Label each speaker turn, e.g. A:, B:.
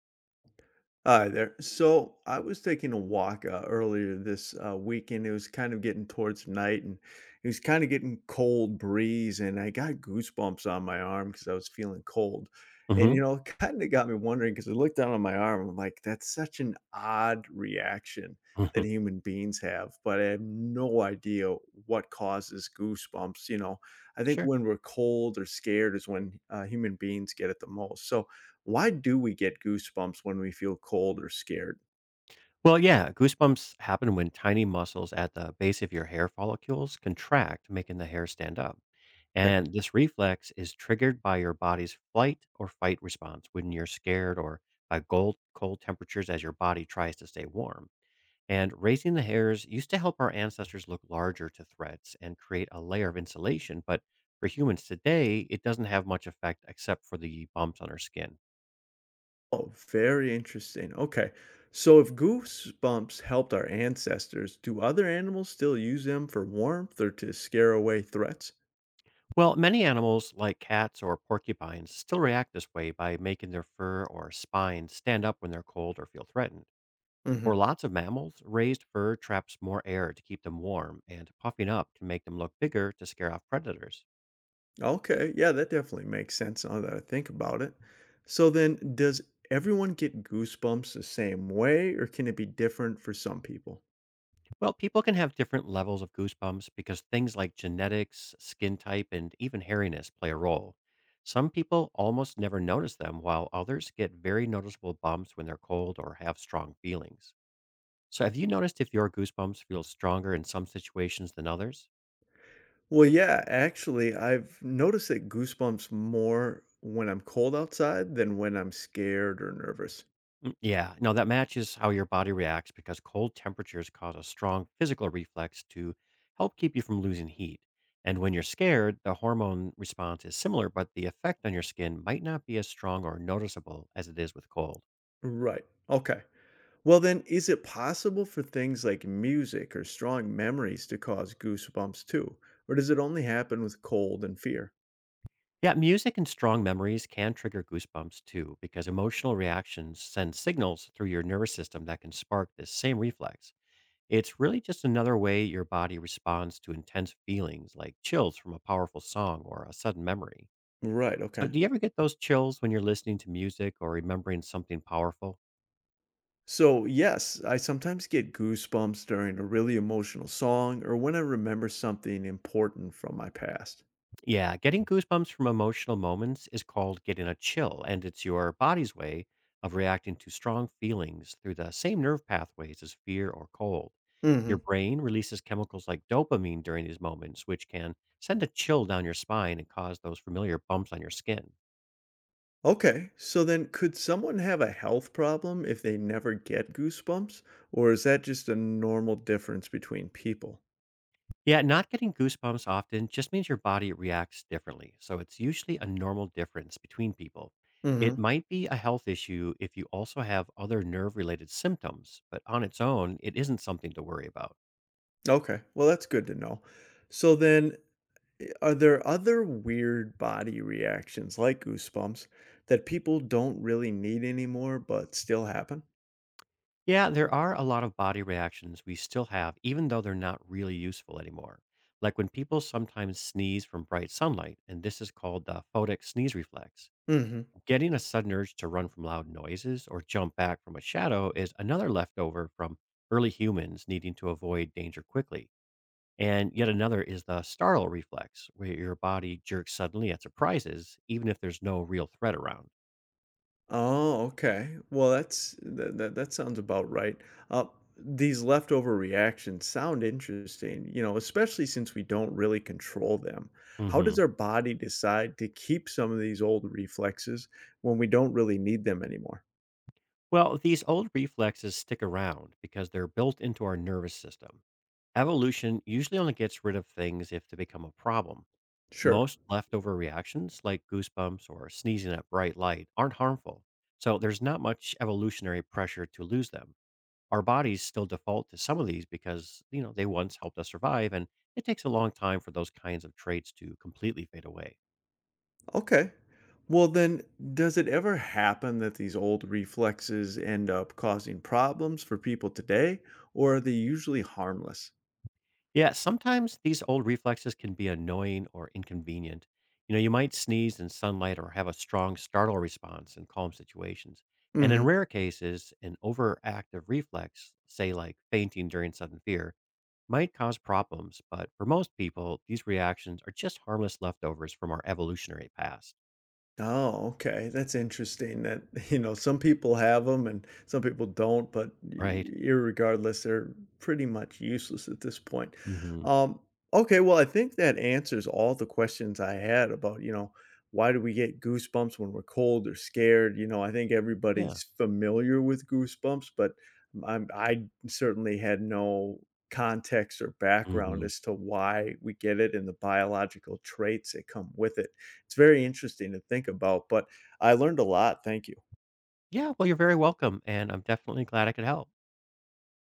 A: Hi there. So I was taking a walk earlier this weekend. It was kind of getting towards night, and it was kind of getting cold breeze, and I got goosebumps on my arm because I was feeling cold. And you
B: Mhm,
A: know, it kind of got me wondering because I looked down on my arm. I'm like, that's such an odd reaction
B: mhm.
A: that human beings have, but I have no idea what causes goosebumps. I think
B: Sure.
A: when we're cold or scared is when human beings get it the most. So. Why do we get goosebumps when we feel cold or scared?
B: Well, yeah, goosebumps happen when tiny muscles at the base of your hair follicles contract, making the hair stand up.
A: Okay.
B: And this reflex is triggered by your body's flight or fight response when you're scared or by cold temperatures as your body tries to stay warm. And raising the hairs used to help our ancestors look larger to threats and create a layer of insulation. But for humans today, it doesn't have much effect except for the bumps on our skin.
A: Oh, very interesting. Okay. So if goosebumps helped our ancestors, do other animals still use them for warmth or to scare away threats?
B: Well, many animals, like cats or porcupines, still react this way by making their fur or spines stand up when they're cold or feel threatened.
A: Hmm.
B: For lots of mammals, raised fur traps more air to keep them warm, and puffing up can make them look bigger to scare off predators.
A: Okay. Yeah, that definitely makes sense now that I think about it. So then, does everyone get goosebumps the same way, or can it be different for some people?
B: Well, people can have different levels of goosebumps because things like genetics, skin type, and even hairiness play a role. Some people almost never notice them, while others get very noticeable bumps when they're cold or have strong feelings. So, have you noticed if your goosebumps feel stronger in some situations than others?
A: Well, yeah, actually, I've noticed that goosebumps more when I'm cold outside than when I'm scared or nervous.
B: Mm, yeah, no, that matches how your body reacts because cold temperatures cause a strong physical reflex to help keep you from losing heat. And when you're scared, the hormone response is similar, but the effect on your skin might not be as strong or noticeable as it is with cold.
A: Right. Okay. Well, then, is it possible for things like music or strong memories to cause goosebumps too? Or does it only happen with cold and fear?
B: Yeah, music and strong memories can trigger goosebumps too, because emotional reactions send signals through your nervous system that can spark this same reflex. It's really just another way your body responds to intense feelings like chills from a powerful song or a sudden memory.
A: Right.
B: So,
A: Okay.
B: do you ever get those chills when you're listening to music or remembering something powerful?
A: So, yes, I sometimes get goosebumps during a really emotional song or when I remember something important from my past.
B: Yeah, getting goosebumps from emotional moments is called getting a chill, and it's your body's way of reacting to strong feelings through the same nerve pathways as fear or cold. Your
A: Mm.
B: brain releases chemicals like dopamine during these moments, which can send a chill down your spine and cause those familiar bumps on your skin.
A: Okay, so then could someone have a health problem if they never get goosebumps, or is that just a normal difference between people?
B: Yeah, not getting goosebumps often just means your body reacts differently. So it's usually a normal difference between people.
A: Hmm.
B: It might be a health issue if you also have other nerve related symptoms, but on its own, it isn't something to worry about.
A: Okay, well, that's good to know. So then, are there other weird body reactions like goosebumps that people don't really need anymore but still happen?
B: Yeah, there are a lot of body reactions we still have, even though they're not really useful anymore. Like when people sometimes sneeze from bright sunlight, and this is called the photic sneeze reflex.
A: Hmm.
B: Getting a sudden urge to run from loud noises or jump back from a shadow is another leftover from early humans needing to avoid danger quickly. And yet another is the startle reflex, where your body jerks suddenly at surprises, even if there's no real threat around.
A: Oh, okay. Well, that sounds about right. Uh, these leftover reactions sound interesting, you know, especially since we don't really control them. How does
B: Hmm.
A: our body decide to keep some of these old reflexes when we don't really need them anymore?
B: Well, these old reflexes stick around because they're built into our nervous system. Evolution usually only gets rid of things if they become a problem.
A: Sure.
B: Most leftover reactions, like goosebumps or sneezing at bright light, aren't harmful, so there's not much evolutionary pressure to lose them. Our bodies still default to some of these because they once helped us survive, and it takes a long time for those kinds of traits to completely fade away.
A: Okay. Well, then, does it ever happen that these old reflexes end up causing problems for people today, or are they usually harmless?
B: Yeah, sometimes these old reflexes can be annoying or inconvenient. You might sneeze in sunlight or have a strong startle response in calm situations. And
A: Hmm.
B: in rare cases, an overactive reflex, say like fainting during sudden fear, might cause problems, but for most people, these reactions are just harmless leftovers from our evolutionary past,
A: Oh, okay, that's interesting that, you know, some people have them and some people don't, but I
B: right?
A: irregardless, they're pretty much useless at this point.
B: Hmm.
A: Um, okay, well, I think that answers all the questions I had about, you know, why do we get goosebumps when we're cold or scared? You know, I think
B: Yeah.
A: everybody's familiar with goosebumps, but I certainly had no context or background
B: Hmm.
A: as to why we get it and the biological traits that come with it. It's very interesting to think about, but I learned a lot. Thank you.
B: Yeah. Well, you're very welcome. And I'm definitely glad I could help.